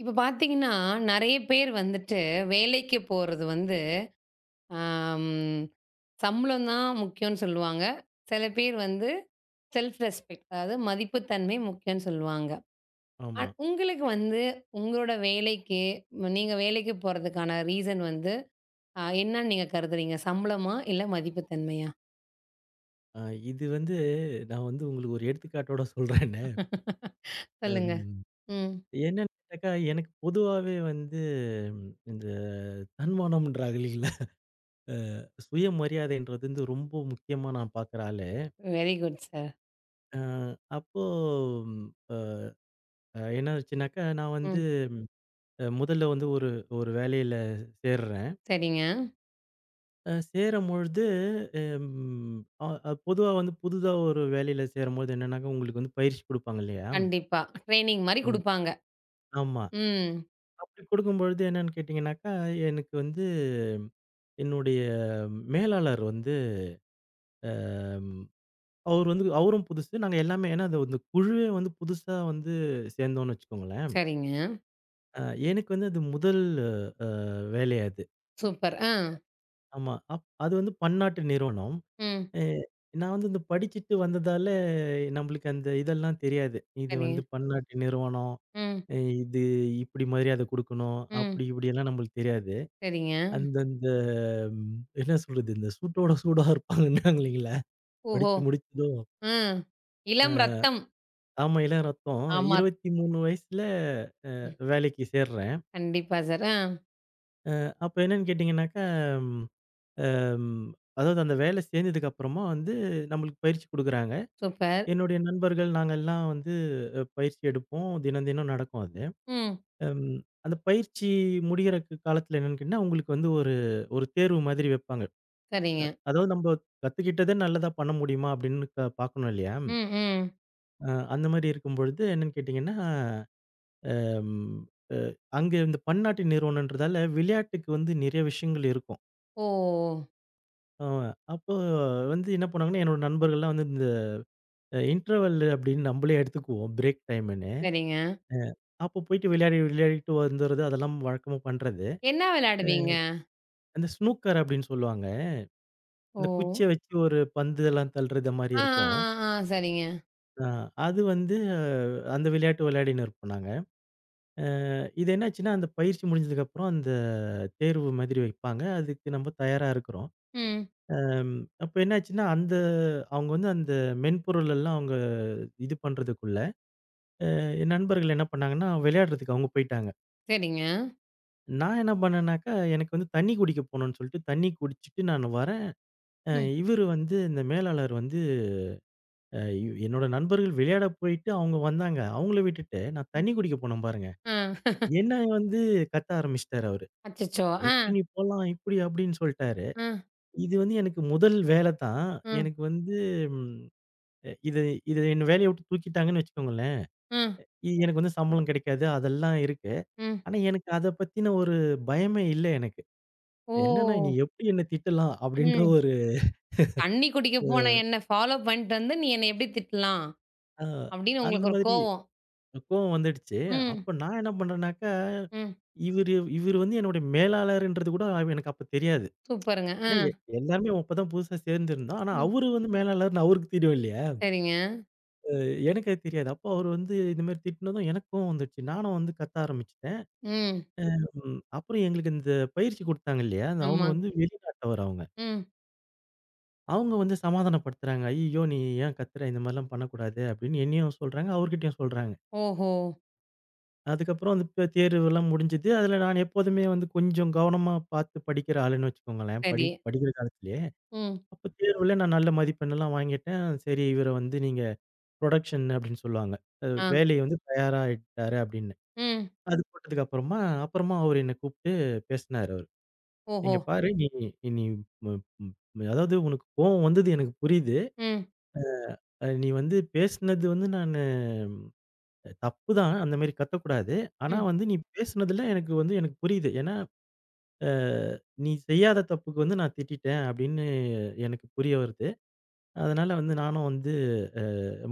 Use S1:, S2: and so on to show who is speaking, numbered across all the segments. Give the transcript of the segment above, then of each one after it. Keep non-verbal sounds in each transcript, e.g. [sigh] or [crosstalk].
S1: இப்ப பார்த்தீங்கன்னா, நெறைய பேர் வந்துட்டு வேலைக்கு போறது வந்து, ஆம் சம்பளம் தான் முக்கியம்னு சொல்லுவாங்க. சில பேர் வந்து செல்ஃப் ரெஸ்பெக்ட் அதாவது மதிப்புத்தன்மை முக்கியம்னு சொல்லுவாங்க.
S2: ஆமா.
S1: உங்களுக்கு வந்து உங்களோட வேலைக்கு நீங்க வேலைக்கு போறதுக்கான ரீசன் வந்து என்னன்னு நீங்க கருதுறீங்க? சம்பளமா? இல்ல மதிப்புத்தன்மையா?
S2: அ இது வந்து நான் வந்து உங்களுக்கு ஒரு எடுத்துக்காட்டோட சொல்றேன்னு.
S1: சொல்லுங்க.
S2: ம்
S1: ம்.
S2: என்னன்னு கேட்டாக்கா, எனக்கு பொதுவாவே வந்து இந்த தன்மானம்ன்றாங்க இல்லைங்களா? சுயமரியாதைன்றது வந்து ரொம்ப முக்கியமா நான் பார்க்குற ஆளு.
S1: Very good sir.
S2: அ அப்போ ம், அ என்ன ஆச்சுனாக்கா, நான் வந்து
S1: ம்.
S2: முதல்ல வந்து ஒரு ஒரு வேலையில சேர்றேன்.
S1: சரிங்க.
S2: சேரும்பொழுது ம் அ அ பொதுவா வந்து புதுதா ஒரு வேலையில சேரும்போது என்னன்னாக்கா, உங்களுக்கு வந்து பயிற்சி குடுப்பாங்க இல்லையா?
S1: கண்டிப்பா. ட்ரெய்னிங் மாரி
S2: ம்
S1: குடுப்பாங்க.
S2: ஆமா.
S1: ம்.
S2: அப்படி கொடுக்கும்பொழுது என்னன்னு கேட்டீங்கன்னாக்கா, எனக்கு வந்து என்னுடைய மேலாளர் வந்து அம் அவர் வந்து அவரும் புதுசு. நாங்க எல்லாமே ஏன்னா அது வந்து குழுவே வந்து புதுசா வந்து சேர்ந்தோம்னு வச்சுக்கோங்களேன்.
S1: சரிங்க.
S2: அ எனக்கு வந்து அது முதல் அ வேலை அது.
S1: சூப்பர். ஆ.
S2: ஆமா. அது வந்து பன்னாட்டு நிறுவனம்.
S1: ம்.
S2: எ நான் வந்து இந்த படிச்சுட்டு வந்ததால நம்மளுக்கு அந்த இதெல்லாம் தெரியாது. இது வந்து
S1: சரிங்க.
S2: பன்னாட்டு நிறுவனம்.
S1: ம்.
S2: இது இப்படி மரியாதை குடுக்கணும்.
S1: ம்.
S2: அப்படி இப்படியெல்லாம் நம்மளுக்கு தெரியாது.
S1: சரிங்க.
S2: அந்த ம், என்ன சொல்றது? இந்த சூட்டோட சூடா இருப்பாங்கன்னாங்க இல்லைங்களா?
S1: ஓஹோ!
S2: படிச்சு முடிச்சதும்
S1: ம். இளம் ரத்தம்.
S2: ஆமா, இளம் ரத்தம்.
S1: ஆமா.
S2: 23 வயசுல
S1: ம்.
S2: வேலைக்கு சேர்றேன்.
S1: கண்டிப்பா சார். ஆ.
S2: அப்ப என்னன்னு கேட்டீங்கன்னாக்கா, ம், ம், அதாவது அந்த வேலை சேர்ந்ததுக்கு அப்புறமா வந்து நம்மளுக்கு பயிற்சி குடுக்குறாங்க.
S1: சூப்பர்.
S2: என்னுடைய நண்பர்கள் நாங்க எல்லாம் வந்து பயிற்சி எடுப்போம். தினம், தினம் நடக்கும் அது.
S1: ம்.
S2: ம், அந்த பயிற்சி முடியிற காலத்துல என்னன்னு கேட்டீங்கன்னா, உங்களுக்கு வந்து ஒரு ஒரு தேர்வு மாதிரி வைப்பாங்க.
S1: சரிங்க.
S2: அதாவது நம்ப கத்துக்கிட்டத நல்லதா பண்ண முடியுமா? அப்படின்னு பார்க்கணும் இல்லையா?
S1: ம், ம்.
S2: அந்த மாரி இருக்கும்பொழுது என்னன்னு கேட்டீங்கன்னா, ம் அ அங்க இந்த பன்னாட்டு நிறுவனம்ன்றதால விளையாட்டுக்கு வந்து நிறைய விஷயங்கள் இருக்கும்.
S1: ஓ!
S2: அ அப்போ வந்து என்ன பண்ணுவாங்கன்னா, என்னோட நண்பர்கள்லாம் வந்து இந்த இன்டர்வல் அப்படின்னு நம்மளே எடுத்துக்குவோம். பிரேக் டைம்ன்னு.
S1: சரிங்க.
S2: அப்போ போயிட்டு விளையாடி விளையாடிட்டு வந்துறது அதெல்லாம் வழக்கமா பண்றது.
S1: என்ன
S2: அ
S1: விளையாடுவீங்க?
S2: அந்த ஸ்னூக்கர் அப்படின்னு சொல்லுவாங்க. இந்த
S1: ஓ!
S2: குச்சிய வச்சு ஒரு பந்து எல்லாம் தள்ளுறது மாரி
S1: ஆ, ஆ,
S2: இருக்கும்.
S1: ஆ, ஆ. சரிங்க.
S2: அ அது வந்து அந்த விளையாட்டு விளையாடின்னு இருப்போம் நாங்க. அ இது என்னாச்சுன்னா, அந்த பயிற்சி முடிஞ்சதுக்கப்புறம் அந்த தேர்வு மாதிரி வைப்பாங்க. அதுக்கு நம்ம தயாரா இருக்கிறோம்.
S1: ம்.
S2: அம் அப்ப என்னாச்சுன்னா, அந்த அவங்க வந்து அந்த மென்பொருள் எல்லாம் அவங்க இது பண்றதுக்குள்ள, என் நண்பர்கள் என்ன பண்ணாங்கன்னா, விளையாடுறதுக்கு அவங்க போயிட்டாங்க.
S1: சரிங்க.
S2: நான் என்ன பண்ணேன்னாக்கா, எனக்கு வந்து தண்ணி குடிக்க போணும்னு சொல்லிட்டு தண்ணி குடிச்சுட்டு நான் வரேன். அ
S1: ம்,
S2: இவரு வந்து இந்த மேலாளர் வந்து அ இவ் என்னோட நண்பர்கள் விளையாட போயிட்டு அவங்க வந்தாங்க. அவங்கள விட்டுட்டு நான்
S1: ம்.
S2: தண்ணி குடிக்க போனேன் பாருங்க.
S1: ஆ.
S2: என்ன வந்து கத்த ஆரம்பிச்சுட்டாரு அவரு.
S1: அச்சச்சோ! ஆ,
S2: எப்படி நீ போலாம்? இப்படி அப்படின்னு சொல்ட்டாரு.
S1: ஆ,
S2: இது வந்து எனக்கு முதல் வேல தான்.
S1: ஆ,
S2: எனக்கு வந்து ம் இது இது என்ன வேலைய விட்டு தூக்கிட்டாங்கன்னு வச்சுக்கோங்களேன்.
S1: ஆ,
S2: இது எனக்கு வந்து சம்பளம் கிடைக்காது. அதெல்லாம் இருக்கு.
S1: ம்.
S2: ஆனா எனக்கு அத பத்தின ஒரு பயமே இல்ல எனக்கு. என்னன்னா நீ
S1: ஓ!
S2: எப்படி என்ன திட்டலாம் அப்படின்ற
S1: ம்.
S2: ஒரு
S1: தண்ணி குடிக்க போன என்ன ஃபாலோ பண்ணிட்டு வந்து, "நீ என்ன எப்படி திட்டலாம்?"
S2: அ
S1: அப்படின்னு
S2: அந்த
S1: உங்களுக்கு ஒரு
S2: மாதிரி
S1: கோவம்.
S2: கோவம் வந்துடுச்சு.
S1: ம்,
S2: அப்ப நான் என்ன பண்றேன்னாக்கா,
S1: ம்.
S2: இவரு இவரு வந்து என்னுடைய மேலாளர்ன்றது கூட எனக்கு அப்ப தெரியாது.
S1: சூப்பருங்க. ஆ.
S2: ஏன்னா எல்லாருமே அப்பதான் புதுசா சேர்ந்திருந்தோம். ஆனா
S1: ம்.
S2: அவரு வந்து மேலாளர்ன்னு அவருக்கு தெரியும் இல்லையா?
S1: சரிங்க.
S2: எனக்கு அது தெரியாது. அப்போ அவரு வந்து இந்த மாரி திட்டினதும் எனக்கு கோவம் வந்துடுச்சு. நானும் வந்து கத்த ஆரம்பிச்சுட்டேன்.
S1: ம்.
S2: ம். அப்புறம் எங்களுக்கு இந்த பயிற்சி குடுத்தாங்க இல்லையா? அந்த அவங்க
S1: ஆமா.
S2: வந்து வெளிநாட்டவர் அவங்க.
S1: ம்.
S2: அவங்க வந்து சமாதானப்படுத்துறாங்க. "ஐய்யயோ! நீ ஏன் கத்துற? இந்த மாரிலாம் பண்ணக்கூடாது." அப்படின்னு என்னையும் சொல்றாங்க, அவர்கிட்டயும் சொல்றாங்க.
S1: ஓஹோ!
S2: அதுக்கப்புறம் அந்த தேர்வெல்லாம் முடிஞ்சது. அதுல நான் எப்போதுமே வந்து கொஞ்சம் கவனமா பார்த்து படிக்கிற ஆளுன்னு வச்சுக்கோங்களேன்.
S1: சரி.
S2: படிக்கிற காலத்திலேயே.
S1: ம்.
S2: அப்ப தேர்வுல நான் நல்ல மதிப்பெண்ணெல்லாம் வாங்கிட்டேன். சரி இவர வந்து நீங்க புரொடக்ஷன் அப்படின்னு சொல்லுவாங்க. அ
S1: ஆ.
S2: வேலையை வந்து தயாராயிட்டாரு அப்படின்னு.
S1: ம்.
S2: அது போட்டதுக்கு அப்புறமா அப்புறமா அவரு என்ன கூப்பிட்டு பேசினாரு அவரு.
S1: ஓஹோ!
S2: "இங்க பாரு நீ நீ ம ம் அதாவது உனக்கு கோவம் வந்தது எனக்கு புரியுது.
S1: ம்.
S2: நீ வந்து பேசினது வந்து நானு தப்பு தான். அந்த மாரி கத்தக்கூடாது. ஆனா
S1: ம்.
S2: வந்து நீ பேசினதுல எனக்கு வந்து எனக்கு புரியுது. ஏன்னா, அ நீ செய்யாத தப்புக்கு வந்து நான் திட்டிட்டேன் அப்படின்னு எனக்கு புரிய வருது. அதனால வந்து நானும் வந்து அ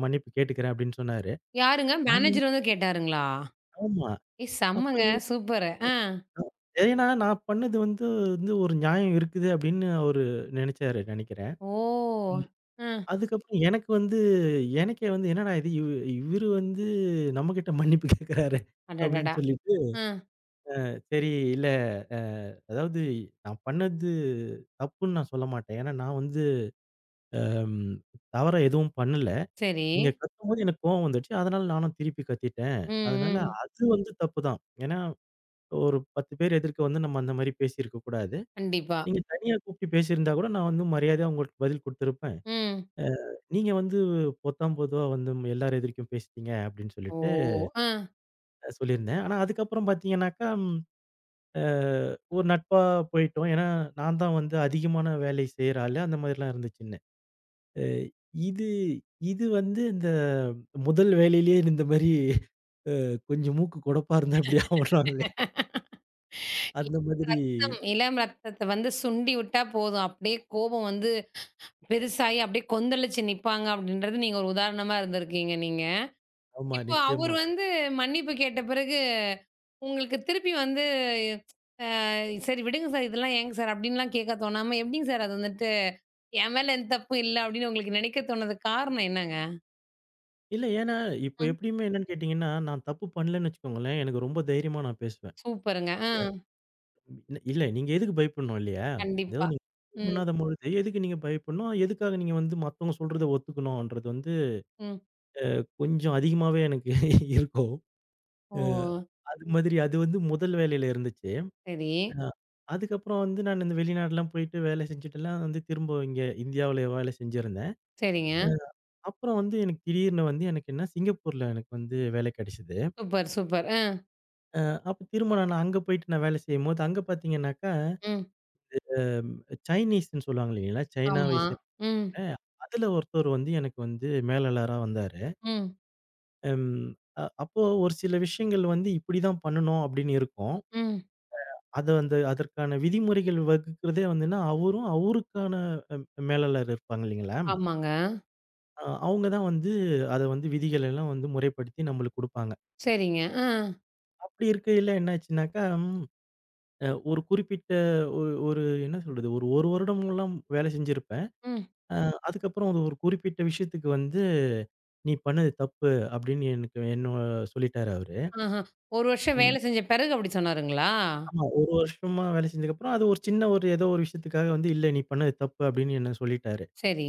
S2: மன்னிப்பு கேட்டுக்கிறேன்" அப்படின்னு சொன்னாரு.
S1: யாருங்க?
S2: நானு
S1: மேனேஜர் வந்து கேட்டாருங்களா?
S2: ஆமா.
S1: ஏ
S2: அப்ப
S1: செம்மங்க. சூப்பரு. ஆ.
S2: ஏன்னா நான் பண்ணது வந்து வந்து ஒரு நியாயம் இருக்குது அப்படின்னு அவரு நினைச்சாரு நினைக்கிறேன்.
S1: ஓ! ஆ.
S2: அதுக்கப்புறம் எனக்கு வந்து எனக்கே வந்து என்னடா இது இவரு வந்து நம்மகிட்ட மன்னிப்பு கேட்கிறாரு அப்படின்னு
S1: அடடடா!
S2: சொல்லிட்டு,
S1: ஆ.
S2: சரி இல்ல அ அதாவது நான் பண்ணது தப்புன்னு நான் சொல்ல மாட்டேன். ஏன்னா நான் வந்து ம் தவறா எதுவும் பண்ணல.
S1: சரி.
S2: நீங்க கத்தும்போது எனக்கு கோவம் வந்துடுச்சு. அதனால நானும் திருப்பி கத்திட்டேன்.
S1: ம்,
S2: அதனால
S1: ம்.
S2: அது வந்து தப்பு தான். ஏன்னா ஒரு 10 பேர் எதிர்க்க வந்து நம்ம அந்த மாரி பேசியிருக்க கூடாது.
S1: கண்டிப்பா.
S2: நீங்க தனியா கூப்பிட்டு பேசியிருந்தா கூட நான் வந்து மரியாதையா உங்களுக்கு பதில் குடுத்திருப்பேன்.
S1: ம்.
S2: அ நீங்க வந்து பொத்தாம் பொதுவா வந்து எல்லார் எதிர்க்கும் பேசிட்டீங்க அப்படின்னு
S1: ஓ!
S2: சொல்லிட்டு
S1: ஆ.
S2: சொல்லியிருந்தேன். ஆனா அதுக்கப்புறம் பார்த்தீங்கன்னாக்கா, ம் அ ஒரு நட்பா போயிட்டோம். ஏன்னா நான் தான் வந்து அதிகமான வேலை செய்ற ஆளு அந்த மாதிரிலாம் இருந்துச்சுன்னு. அ இது இது வந்து இந்த முதல் வேலையிலேயே இந்த மாரி கொஞ்சம் மூக்கு கொடப்பா இருந்தா இப்படி ஆவுறாங்களே அந்த மாதிரி.
S1: இளம் இளம் ரத்தத்த வந்து சுண்டி விட்டா போதும். அப்படியே கோபம் வந்து பெருசாயி அப்படியே கொந்தளிச்சு நிப்பாங்க அப்படின்றது நீங்க ஒரு உதாரணமா இருந்திருக்கீங்க நீங்க.
S2: ஆமா,
S1: இப்போ அவரு
S2: நிச்சயமா.
S1: வந்து மன்னிப்பு கேட்ட பிறகு, உங்களுக்கு திருப்பி வந்து அ "சரி விடுங்க சார், இதெல்லாம் ஏங்க சார்?" அப்படின்லாம் கேட்க தோணாம, எப்படிங்க சார் அது வந்துட்டு, என் மேல எந்த தப்பும் இல்ல அப்படின்னு உங்களுக்கு நினைக்க தோணதுக்கு காரணம் என்னங்க?
S2: இல்ல ஏன்னா இப்ப
S1: ம்.
S2: எப்படியுமே என்னன்னு கேட்டீங்கன்னா, நான் தப்பு பண்ணலன்னு வச்சுக்கோங்களேன், எனக்கு ரொம்ப தைரியமா நான் பேசுவேன்.
S1: சூப்பருங்க. ஆ.
S2: இல்ல இல்ல நீங்க எதுக்கு பயப்படணும் இல்லையா?
S1: கண்டிப்பா.
S2: அதாவது நீங்க தப்பு
S1: ம்,
S2: பண்ணாத பொழுது எதுக்கு நீங்க பயப்படணும்? எதுக்காக நீங்க வந்து மத்தவங்க சொல்றத ஒத்துக்கணும்ன்றது வந்து
S1: ம்.
S2: கொஞ்சம் அதிகமாவே எனக்கு [laughs] இருக்கும்.
S1: ஓ!
S2: அ அது மாதிரி அது வந்து முதல் வேலையில இருந்துச்சு.
S1: சரி.
S2: அ அதுக்கப்புறம் வந்து நான் இந்த வெளிநாடுலாம் போயிட்டு வேலை செஞ்சுட்டுலாம் வந்து திரும்ப இங்க இந்தியாவுல வேலை செஞ்சிருந்தேன்.
S1: சரிங்க.
S2: அப்புறம் வந்து எனக்கு திடீர்னு வந்து எனக்கு என்ன சிங்கப்பூர்ல எனக்கு வந்து வேலை கிடைச்சது.
S1: Super, super. ஆ.
S2: அப்ப திரும்ப நான் அங்க போயிட்டு நான் வேலை செய்யும்போது, அங்க பார்த்தீங்கன்னாக்கா,
S1: ம்.
S2: அ சைனீஸ்ன்னு சொல்லுவாங்க இல்லைங்களா? சைனாவை
S1: ஆமா. ம்,
S2: அ அதுல ஒருத்தர் வந்து எனக்கு வந்து மேலாளரா வந்தாரு.
S1: ம்,
S2: ம் அ அப்போ ஒரு சில விஷயங்கள் வந்து இப்படிதான் பண்ணணும் அப்படின்னு இருக்கும்.
S1: ம்.
S2: அது வந்து அதற்கான விதிமுறைகள் வகுக்கிறதே வந்துன்னா, அவரும் அவருக்கான அ மேலாளர் இருப்பாங்க இல்லைங்களா?
S1: ஆமாங்க.
S2: அவங்க தான் வந்து அத வந்து விதிகள் எல்லாம் வந்து முறைப்படுத்தி நம்மளுக்கு குடுப்பாங்க.
S1: சரிங்க. ஆ.
S2: அப்படி இருக்கையில என்ன ஆச்சுன்னாக்கா, ம் அ ஒரு குறிப்பிட்ட ஒரு ஒரு என்ன சொல்றது? ஒரு 1 வருடம்லாம் வேலை செஞ்சிருப்பேன்.
S1: ம்.
S2: அ அதுக்கப்புறம் அது ஒரு குறிப்பிட்ட விஷயத்துக்கு வந்து "நீ பண்ணது தப்பு" அப்படின்னு எனக்கு என்ன சொல்லிட்டாரு அவரு.
S1: ஆஹ. 1 வருஷம்
S2: ம்.
S1: வேலை செஞ்ச பிறகு அப்படி சொன்னாருங்களா?
S2: ஆமா. ஒரு வருஷமா வேலை செஞ்சதுக்கப்புறம், அது ஒரு சின்ன ஒரு ஏதோ ஒரு விஷயத்துக்காக வந்து, "இல்ல நீ பண்ணது தப்பு" அப்படின்னு என்ன சொல்லிட்டாரு.
S1: சரி.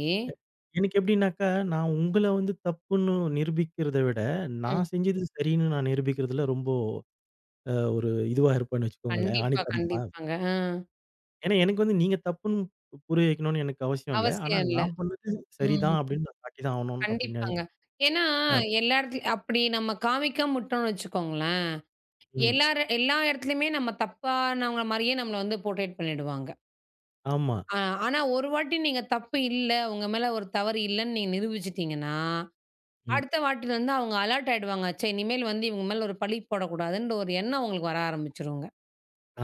S2: எனக்கு எப்படின்னாக்கா, நான் உங்கள வந்து தப்புன்னு நிரூபிக்கிறத விட, நான்
S1: ம்.
S2: செஞ்சது சரின்னு நான் நிரூபிக்கிறதுல ரொம்ப ஒரு இதுவா இருப்பேன்னு வச்சுக்கோங்களேன்,
S1: கண்டிப்பா,
S2: ஆணித்தனமா.
S1: கண்டிப்பாங்க. ஆ.
S2: ஏன்னா எனக்கு வந்து நீங்க தப்புன்னு புரிய வைக்கணும்னு எனக்கு அவசியம் இல்ல. ஆனா
S1: அவசியம் இல்ல.
S2: நான் பண்ணது
S1: ம்.
S2: சரிதான் அப்படின்னு நான் காட்டி தான் ஆவணும் அப்படின்னு.
S1: கண்டிப்பாங்க. ஏன்னா,
S2: அ
S1: எல்லா இடத்துலயும் அப்படி நம்ம காமிக்காம விட்டோம்னு வச்சுக்கோங்களேன்,
S2: ம்.
S1: எல்லார எல்லா இடத்துலயுமே நம்ம தப்பானவங்க மாரியே நம்மள வந்து போர்ட்ரேட் பண்ணிடுவாங்க.
S2: ஆமா.
S1: ஆ ஆனா, ஒரு வாட்டி நீங்க தப்பு இல்ல, உங்க மேல ஒரு தவறு இல்லன்னு நீங்க நிரூபிச்சுட்டீங்கன்னா,
S2: ம்.
S1: அடுத்த வாட்டிலருந்து அவங்க அலர்ட் ஆயிடுவாங்க. ச்சே! இனிமேல் வந்து இவங்க மேல ஒரு பழி போடக்கூடாதுன்ற ஒரு எண்ணம் அவங்களுக்கு வர ஆரம்பிச்சுருங்க.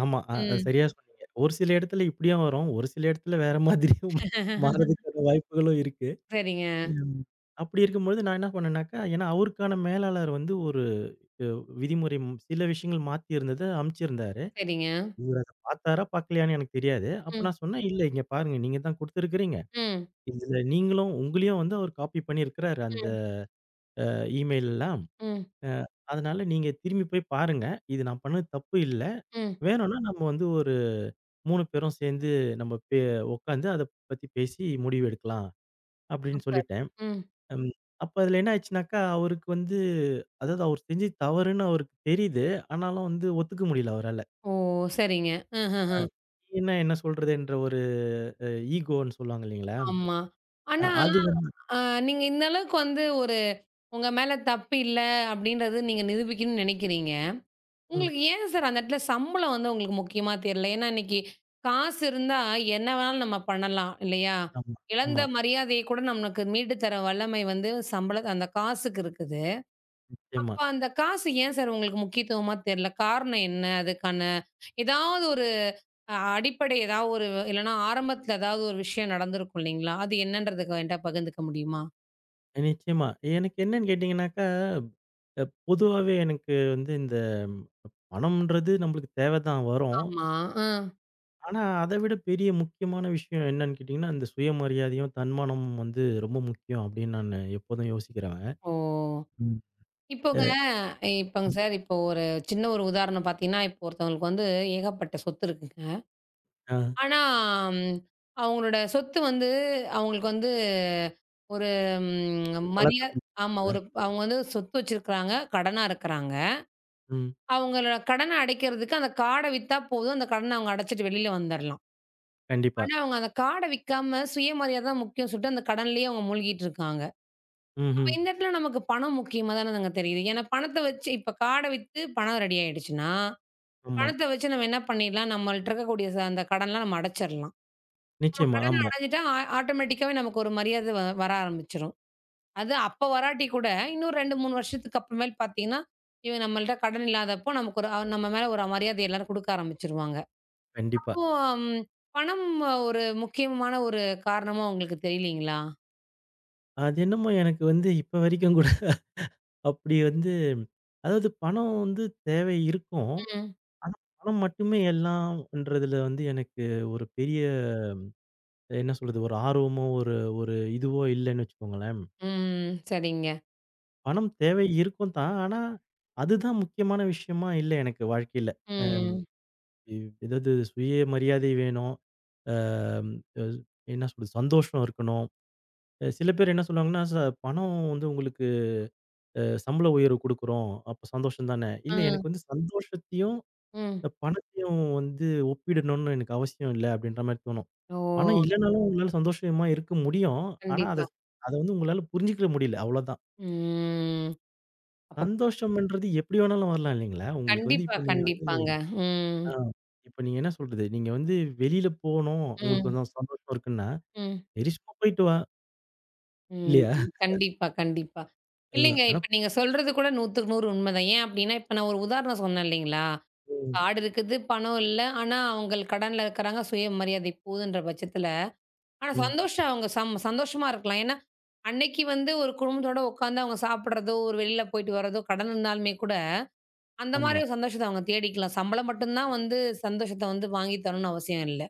S2: ஆமா. அ அ
S1: ம்.
S2: சரியா சொன்னீங்க. ஒரு சில இடத்துல இப்படியும் வரும். ஒரு சில இடத்துல வேற மாதிரியும்
S1: [laughs]
S2: மாறதுக்கான வாய்ப்புகளும் இருக்கு.
S1: சரிங்க,
S2: ம். அப்படி இருக்கும்பொழுது நான் என்ன பண்ணேன்னாக்கா, ஏன்னா அவருக்கான மேலாளர் வந்து ஒரு அ விதிமுறை சில விஷயங்கள் மாத்தி இருந்தத அனுப்பிச்சிருந்தாரு.
S1: சரிங்க.
S2: இவரு அத பார்த்தாரா, பார்க்கலையான்னு எனக்கு தெரியாது. அப்ப
S1: ம்,
S2: நான் சொன்னேன், "இல்ல இங்க பாருங்க. நீங்க தான் குடுத்துருக்கிறீங்க.
S1: ம்,
S2: இதுல நீங்களும் உங்களையும் வந்து அவர் காப்பி பண்ணியிருக்கிறாரு அந்த
S1: ம்,
S2: இமெயில்லாம்."
S1: ம்,
S2: அ அதனால நீங்க திரும்பி போய் பாருங்க. இது நான் பண்ணது தப்பு இல்ல.
S1: ம்.
S2: வேணும்னா நம்ம வந்து ஒரு 3 பேரும் சேர்ந்து நம்ம உட்காந்து அத பத்தி பேசி முடிவு எடுக்கலாம் அப்படின்னு
S1: சூப்பர்.
S2: சொல்லிட்டேன்.
S1: ம்.
S2: ம். அப்ப அதுல என்ன ஆச்சுனாக்கா, அவருக்கு வந்து அதாவது அவர் செஞ்சது தவறுன்னு அவருக்கு தெரியுது. ஆனாலும் வந்து ஒத்துக்க முடியல அவரால.
S1: ஓ! சரிங்க. அஹஹ.
S2: ஏன்னா என்ன சொல்றதுன்ற ஒரு அ ஈகோன்னு சொல்லுவாங்க இல்லைங்களா?
S1: ஆமா. ஆனா,
S2: அது வந்து
S1: அ நீங்க இந்த அளவுக்கு வந்து ஒரு உங்க மேல தப்பு இல்ல அப்படின்றது நீங்க நிரூபிக்கணும்னு நெனைக்கிறீங்க.
S2: ம்,
S1: உங்களுக்கு ஏன் சார் அந்த இடத்துல சம்பளம் வந்து உங்களுக்கு முக்கியமா தெரியல? ஏன்னா இன்னைக்கு காசு இருந்தா என்ன வேணாலும் நம்ம பண்ணலாம் இல்லையா?
S2: ஆமா,
S1: இழந்த
S2: ஆமா.
S1: மரியாதைய கூட நமக்கு மீட்டு தர வல்லமை வந்து சம்பள அந்த காசுக்கு இருக்குது.
S2: நிச்சயமா,
S1: அப்ப அந்த காசு ஏன் சார் உங்களுக்கு முக்கியத்துவமா தெரியல? காரணம் என்ன அதுக்கான? ஏதாவது ஒரு அடிப்படை ஏதாவது ஒரு இல்லன்னா ஆரம்பத்துல ஏதாவது ஒரு விஷயம் நடந்திருக்கும் இல்லைங்களா? அது என்னன்றதுக்கு என்ட்ட பகிர்ந்துக்க முடியுமா?
S2: நிச்சயமா. எனக்கு என்னன்னு கேட்டீங்கன்னாக்கா பொதுவாவே எனக்கு வந்து இந்த பணம்ன்றது நம்மளுக்கு தேவை தான் வரும்.
S1: ஆமா. அ.
S2: ஆனா, அத விட பெரிய முக்கியமான விஷயம் என்னன்னு கேட்டீங்கன்னா, இந்த சுயமரியாதையும், தன்மானமும் வந்து ரொம்ப முக்கியம் அப்படின்னு நானு எப்போதும் யோசிக்கிறவன்.
S1: ஓ!
S2: ம். அ
S1: இப்போங்க இப்போங்க
S2: ம்.
S1: சார் இப்போ ஒரு சின்ன ஒரு உதாரணம் பார்த்தீங்கன்னா, இப்போ ஒருத்தவங்களுக்கு வந்து ஏகப்பட்ட சொத்து இருக்குங்க.
S2: ஆ
S1: ஆனா, ம் அவங்களோட சொத்து வந்து அவங்களுக்கு வந்து ஒரு
S2: ஒரு
S1: ம்
S2: பலத்த
S1: மரியா ஆமா.
S2: குடுக்குதுல்ல.
S1: ஒரு அவங்க வந்து சொத்து வச்சிருக்கிறாங்க. கடனா இருக்கிறாங்க.
S2: ம்.
S1: அவங்களோட கடன அடைக்கிறதுக்கு அந்த கார்ட வித்தா போதும். அந்த கடன அவங்க அடைச்சுட்டு வெளில வந்துரலாம்.
S2: கண்டிப்பா.
S1: ஆனா, அவங்க அந்த கார்ட விக்காம சுயமரியாதை தான் முக்கியம் சொல்லிட்டு அந்த கடன்லயே அவங்க மூழ்கிட்டு இருக்காங்க. அப்ப
S2: ம்ஹ்ம்.
S1: இந்த இடத்துல நமக்கு பணம் முக்கியமா தானங்க தெரியுது. ஏன்னா பணத்த வச்சு இப்ப கார்ட வித்து பணம் ரெடி ஆயிடுச்சுன்னா,
S2: ஆமா.
S1: பணத்த வச்சு நம்ம என்ன பண்ணிடலாம், நம்மள்ட்ட இருக்கக்கூடிய அந்த கடன்லாம் நம்ம அடைச்சிரலாம். நம்ம
S2: நிச்சயமா.
S1: கடன
S2: ஆமா.
S1: அடைஞ்சுட்டா ஆட்டோமேட்டிக்காவே நமக்கு ஒரு மரியாதை வர ஆரம்பிச்சுரும். அது அப்ப வராட்டி கூட இன்னும் 2, 3 வருஷத்துக்கு அப்புறமேல் பார்த்தீங்கன்னா, இவன் நம்மள்ட்ட கடன் இல்லாதப்போ நமக்கு ஒரு நம்ம மேல ஒரு மரியாதை எல்லாரும் குடுக்க ஆரம்பிச்சுருவாங்க.
S2: கண்டிப்பா.
S1: அப்போ ம் பணம் ஒரு முக்கியமான ஒரு காரணமா உங்களுக்கு தெரியலீங்களா?
S2: அது என்னமோ எனக்கு வந்து இப்ப வரைக்கும் கூட [laughs] அப்படி வந்து அதாவது பணம் வந்து தேவை இருக்கும்.
S1: ம்.
S2: ஆனா, பணம் மட்டுமே எல்லாம்ன்றதுல வந்து எனக்கு ஒரு பெரிய என்ன சொல்றது? ஒரு ஆர்வமோ, ஒரு ஒரு இதுவோ இல்லன்னு வச்சுக்கோங்களேன்.
S1: ம். சரிங்க.
S2: பணம் தேவை இருக்கும் தான். ஆனா, அதுதான் முக்கியமான விஷயமா இல்ல எனக்கு வாழ்க்கையில. அ
S1: ம்.
S2: ஏதாவது சுயமரியாதை வேணும். அம் அ என்ன சொல்றது? சந்தோஷம் இருக்கணும். சில பேர் என்ன சொல்லுவாங்கன்னா, பணம் வந்து உங்களுக்கு சம்பள உயர்வு குடுக்குறோம். அப்ப சந்தோஷம் தானே." இல்ல
S1: ம்.
S2: எனக்கு வந்து சந்தோஷத்தையும்,
S1: ம்.
S2: இந்த பணத்தையும் வந்து ஒப்பிடணும்னு எனக்கு அவசியம் இல்ல, அப்படின்ற மாரி தோணும்.
S1: ஓ!
S2: பணம் இல்லனாலும் உங்களால சந்தோஷமா இருக்க முடியும். ஆனா, அத
S1: கண்டிப்பா.
S2: அத வந்து உங்களால புரிஞ்சுக்க முடியல. அவ்வளோதான்.
S1: ம். அப்ப
S2: சந்தோஷம்ன்றது எப்படி வேணாலும் வரலாம் இல்லைங்களா? உங்களுக்கு வந்து
S1: கண்டிப்பா,
S2: இப்ப நீங்க வந்து
S1: கண்டிப்பாங்க. ம்.
S2: ஆ இப்ப நீங்க என்ன சொல்றது? நீங்க வந்து வெளியில போணும், உங்களுக்கு
S1: ம்.
S2: வந்து சந்தோஷம் இருக்குன்னா,
S1: ம்.
S2: சரி சும்மா போயிட்டு வா.
S1: ம்.
S2: இல்லையா?
S1: கண்டிப்பா, கண்டிப்பா.
S2: அ
S1: இல்லைங்க.
S2: ஆனா
S1: இப்ப நீங்க சொல்றது கூட 100க்கு 100 உண்மதான். ஏன் அப்டின்னா, இப்ப நான் ஒரு உதாரணம் சொன்னேன் இல்லைங்களா?
S2: ம்,
S1: காடு இருக்குது, பணம் இல்ல. ஆனா, அவங்க கடன்ல இருக்கிறாங்க. சுயமரியாதை போதுன்ற பட்சத்துல, ஆனா
S2: ம்.
S1: சந்தோஷம் அவங்க சந்தோஷமா இருக்கலாம். ஏன்னா, அன்னைக்கு வந்து ஒரு குடும்பத்தோட உட்காந்து அவங்க சாப்பிடுறதோ, ஒரு வெளில போயிட்டு வரதோ, கடன் இருந்தாலுமே கூட, அந்த மாரி
S2: ஆமா.
S1: ஒரு சந்தோஷத்த அவங்க தேடிக்கலாம். சம்பளம் மட்டும் தான் வந்து சந்தோஷத்த வந்து வாங்கி தரணும்னு அவசியம் இல்ல.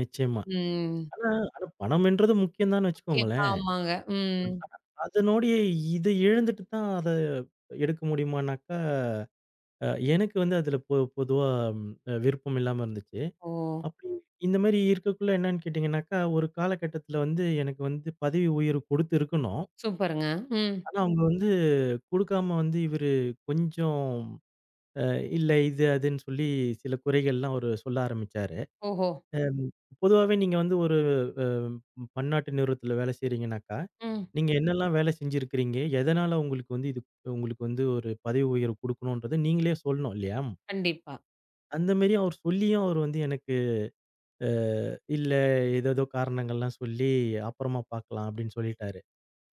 S2: நிச்சயமா.
S1: ம்.
S2: ஆனா ஆனா பணம்ன்றது முக்கியம் தான்னு
S1: ஓகே.
S2: வச்சுக்கோங்களேன்.
S1: ஆமாங்க. ம்.
S2: ஆனா அதனுடைய இத இழந்துட்டு தான் அத எடுக்க முடியுமானாக்கா, அ எனக்கு வந்து அதுல பொதுவா விருப்பம் இல்லாம இருந்துச்சு.
S1: ஓ!
S2: அப்படி இந்த மாரி இருக்கக்குள்ள என்னன்னு கேட்டீங்கன்னாக்கா, ஒரு காலகட்டத்தில வந்து எனக்கு வந்து பதவி உயர்வு குடுத்து இருக்கணும்.
S1: சூப்பருங்க. ம்.
S2: ஆனா அவங்க வந்து குடுக்காம வந்து இவரு கொஞ்சம் அ இல்ல இது அதுன்னு சொல்லி சில குறைகள்லாம் அவரு சொல்ல ஆரம்பிச்சாரு.
S1: ஓஹோ!
S2: அம் பொதுவாவே நீங்க வந்து ஒரு அ பன்னாட்டு நிறுவனத்தில வேலை செய்றீங்கன்னாக்கா,
S1: ம்.
S2: நீங்க என்னெல்லாம் வேலை செஞ்சிருக்கிறீங்க? எதனால உங்களுக்கு வந்து இது உங்களுக்கு வந்து ஒரு பதவி உயர்வு குடுக்கணும்ன்றத நீங்களே சொல்லணும் இல்லையா?
S1: கண்டிப்பா.
S2: அந்த மாரி அவர் சொல்லியும் அவர் வந்து எனக்கு அ இல்ல ஏதேதோ காரணங்கள்லாம் சொல்லி, அப்புறமா பார்க்கலாம் அப்படின்னு சொல்லிட்டாரு.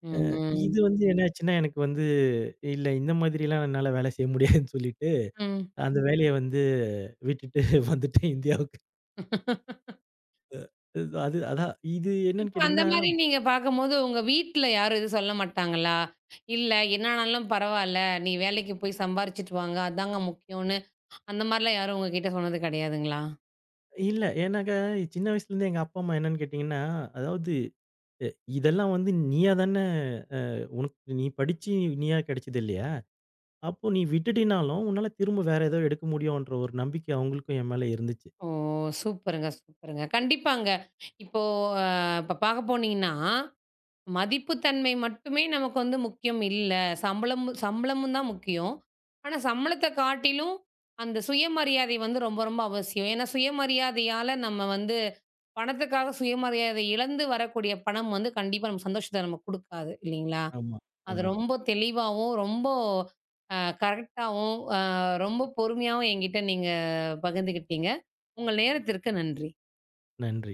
S1: ம், ம்,
S2: இது வந்து என்ன ஆச்சுன்னா, எனக்கு வந்து இல்ல இந்த மாதிரிலாம் என்னால வேலை செய்ய முடியாதுன்னு சொல்லிட்டு,
S1: ம்.
S2: அந்த வேலைய வந்து விட்டுட்டு [laughs] வந்துட்டேன் இந்தியாவுக்கு. அது அதான் இது என்னன்னு
S1: இப்ப அந்த
S2: கேட்டீங்கன்னா,
S1: மாரி நீங்க பார்க்கும்போது உங்க வீட்ல யாரும் எதுவும் சொல்ல மாட்டாங்களா? இல்ல என்னானாலும் பரவால்ல. நீ வேலைக்கு போய் சம்பாரிச்சுட்டு வாங்க. அதாங்க முக்கியம்னு அந்த மாரிலாம் யாரும் உங்ககிட்ட சொன்னது கிடையாதுங்களா?
S2: இல்ல ஏன்னாக்க சின்ன வயசுலேருந்து எங்க அப்பா, அம்மா என்னன்னு கேட்டீங்கன்னா, அதாவது "அ இதெல்லாம் வந்து நீயா தானே அ உனக்கு நீ படிச்சு நீயா கிடைச்சது இல்லையா? அப்போ நீ விட்டுட்டினாலும் உன்னால திரும்ப வேற ஏதோ எடுக்க முடியும்ன்ற" ஒரு நம்பிக்கை அவங்களுக்கும் என் மேல இருந்துச்சு.
S1: ஓ! சூப்பருங்க, சூப்பருங்க. கண்டிப்பாங்க. இப்போ அ இப்ப பார்க்க போனீங்கன்னா மதிப்புத்தன்மை மட்டுமே நமக்கு வந்து முக்கியம் இல்ல. சம்பளமும் தான் முக்கியம். ஆனா, சம்பளத்த காட்டிலும் அந்த சுயமரியாதை வந்து ரொம்ப, ரொம்ப அவசியம். ஏன்னா, சுயமரியாதையால நம்ம வந்து பணத்துக்காக சுயமரியாதை இழந்து வரக்கூடிய பணம் வந்து கண்டிப்பா நமக்கு சந்தோஷத்த நமக்கு குடுக்காது இல்லைங்களா?
S2: ஆமா,
S1: அது
S2: ஆமா.
S1: ரொம்ப தெளிவாவும், ரொம்ப கரெக்ட்டாவும், ரொம்ப பொறுமையாவும் என்கிட்ட நீங்க பகிர்ந்துக்கிட்டீங்க. உங்கள் நேரத்திற்கு நன்றி.
S2: நன்றி.